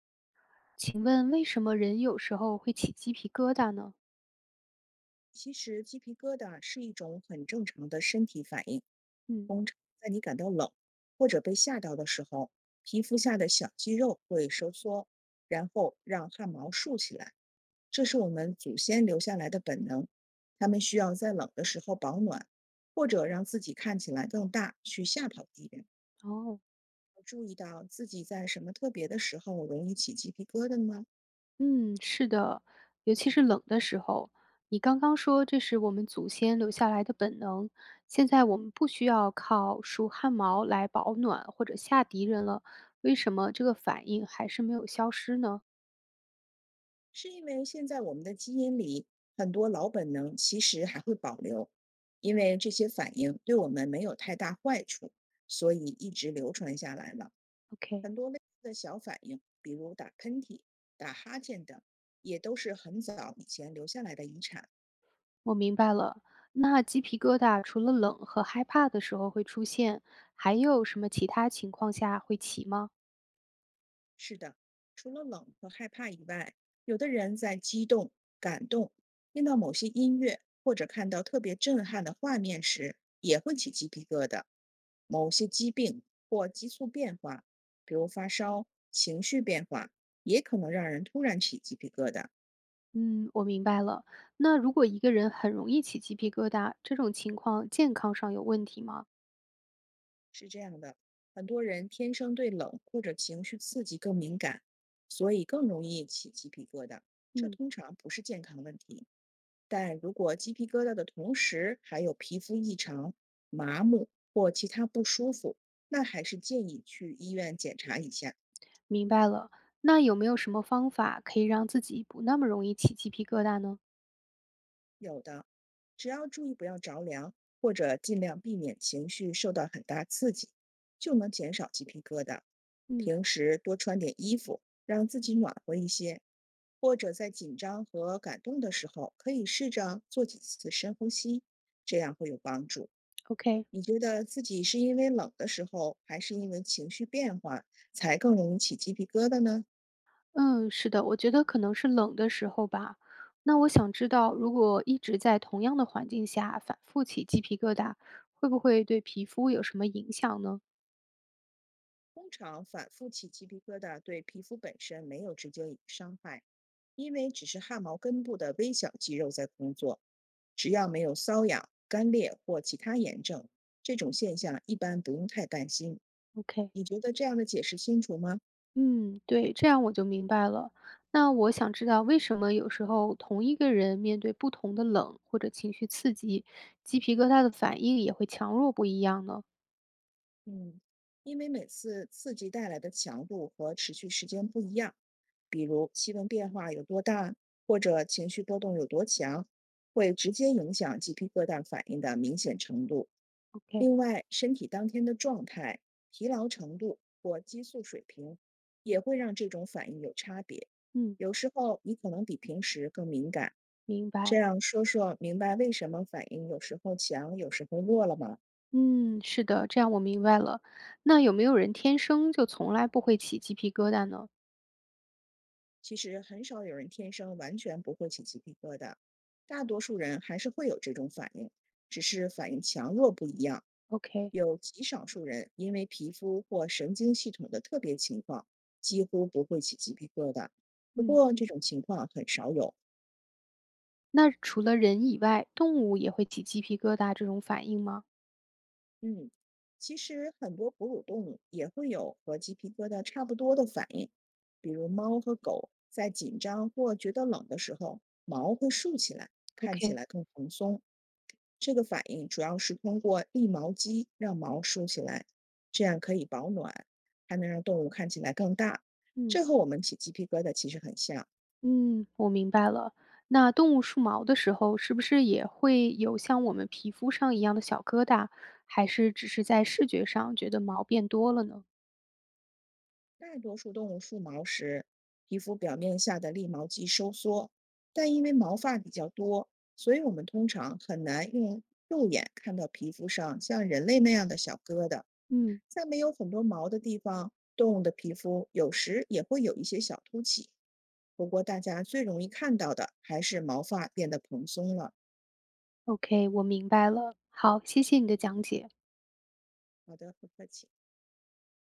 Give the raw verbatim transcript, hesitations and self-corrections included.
请问为什么人有时候会起鸡皮疙瘩呢？其实鸡皮疙瘩是一种很正常的身体反应，嗯。通常在你感到冷或者被吓到的时候，皮肤下的小肌肉会收缩，然后让汗毛竖起来。这是我们祖先留下来的本能，他们需要在冷的时候保暖，或者让自己看起来更大，去吓跑敌人。哦。注意到自己在什么特别的时候容易起鸡皮疙瘩吗？嗯，是的，尤其是冷的时候。你刚刚说这是我们祖先留下来的本能，现在我们不需要靠梳汗毛来保暖或者吓敌人了，为什么这个反应还是没有消失呢是因为现在我们的基因里很多老本能其实还会保留，因为这些反应对我们没有太大坏处，所以一直流传下来了。？OK，很多类似的小反应，比如打喷嚏、打哈欠等，也都是很早以前留下来的遗产。我明白了。那鸡皮疙瘩除了冷和害怕的时候会出现，还有什么其他情况下会起吗？是的，除了冷和害怕以外，有的人在激动、感动，听到某些音乐或者看到特别震撼的画面时，也会起鸡皮疙瘩。某些疾病或激素变化，比如发烧、情绪变化，也可能让人突然起鸡皮疙瘩。嗯，我明白了。那如果一个人很容易起鸡皮疙瘩，这种情况健康上有问题吗？是这样的，很多人天生对冷或者情绪刺激更敏感，所以更容易起鸡皮疙瘩。这嗯。通常不是健康问题。但如果鸡皮疙瘩的同时还有皮肤异常、麻木或其他不舒服，那还是建议去医院检查一下。明白了。那有没有什么方法可以让自己不那么容易起鸡皮疙瘩呢？有的，只要注意不要着凉，或者尽量避免情绪受到很大刺激，就能减少鸡皮疙瘩。嗯平时多穿点衣服，让自己暖和一些，或者在紧张和感动的时候，可以试着做几次深呼吸，这样会有帮助。，OK。你觉得自己是因为冷的时候，还是因为情绪变化才更容易起鸡皮疙瘩呢？嗯，是的，我觉得可能是冷的时候吧。那我想知道，如果一直在同样的环境下反复起鸡皮疙瘩，会不会对皮肤有什么影响呢通常反复起鸡皮疙瘩对皮肤本身没有直接伤害，因为只是汗毛根部的微小肌肉在工作。只要没有瘙痒、干裂或其他炎症，这种现象一般不用太担心。？OK。你觉得这样的解释清楚吗？嗯，对，这样我就明白了。那我想知道为什么有时候同一个人面对不同的冷或者情绪刺激，鸡皮疙瘩的反应也会强弱不一样呢嗯，因为每次刺激带来的强度和持续时间不一样。比如气温变化有多大，或者情绪波动有多强，会直接影响鸡皮疙瘩反应的明显程度。？OK，另外，身体当天的状态、疲劳程度或激素水平，也会让这种反应有差别。嗯，有时候你可能比平时更敏感，明这白。样说说明白为什么反应有时候强，有时候弱了吗？嗯，是的，这样我明白了。那有没有人天生就从来不会起鸡皮疙瘩呢其实很少有人天生完全不会起鸡皮疙瘩，大多数人还是会有这种反应，只是反应强弱不一样。？OK。有极少数人因为皮肤或神经系统的特别情况，几乎不会起鸡皮疙瘩。不嗯，过这种情况很少有，那除了人以外，动物也会起鸡皮疙瘩这种反应吗嗯，其实很多哺乳动物也会有和鸡皮疙瘩差不多的反应，比如猫和狗在紧张或觉得冷的时候，毛会竖起来，看起？OK，来更蓬松。这个反应主要是通过立毛肌让毛竖起来，这样可以保暖，还能让动物看起来更大。嗯。这和我们起鸡皮疙瘩其实很像。嗯，我明白了。那动物梳毛的时候，是不是也会有像我们皮肤上一样的小疙瘩，还是只是在视觉上觉得毛变多了呢？大多数动物竖毛时，皮肤表面下的立毛肌收缩，但因为毛发比较多，所以我们通常很难用肉眼看到皮肤上像人类那样的小疙瘩。嗯在没有很多毛的地方，动物的皮肤有时也会有一些小凸起。不过，大家最容易看到的还是毛发变得蓬松了。，OK，我明白了。好，谢谢你的讲解。好的，不客气。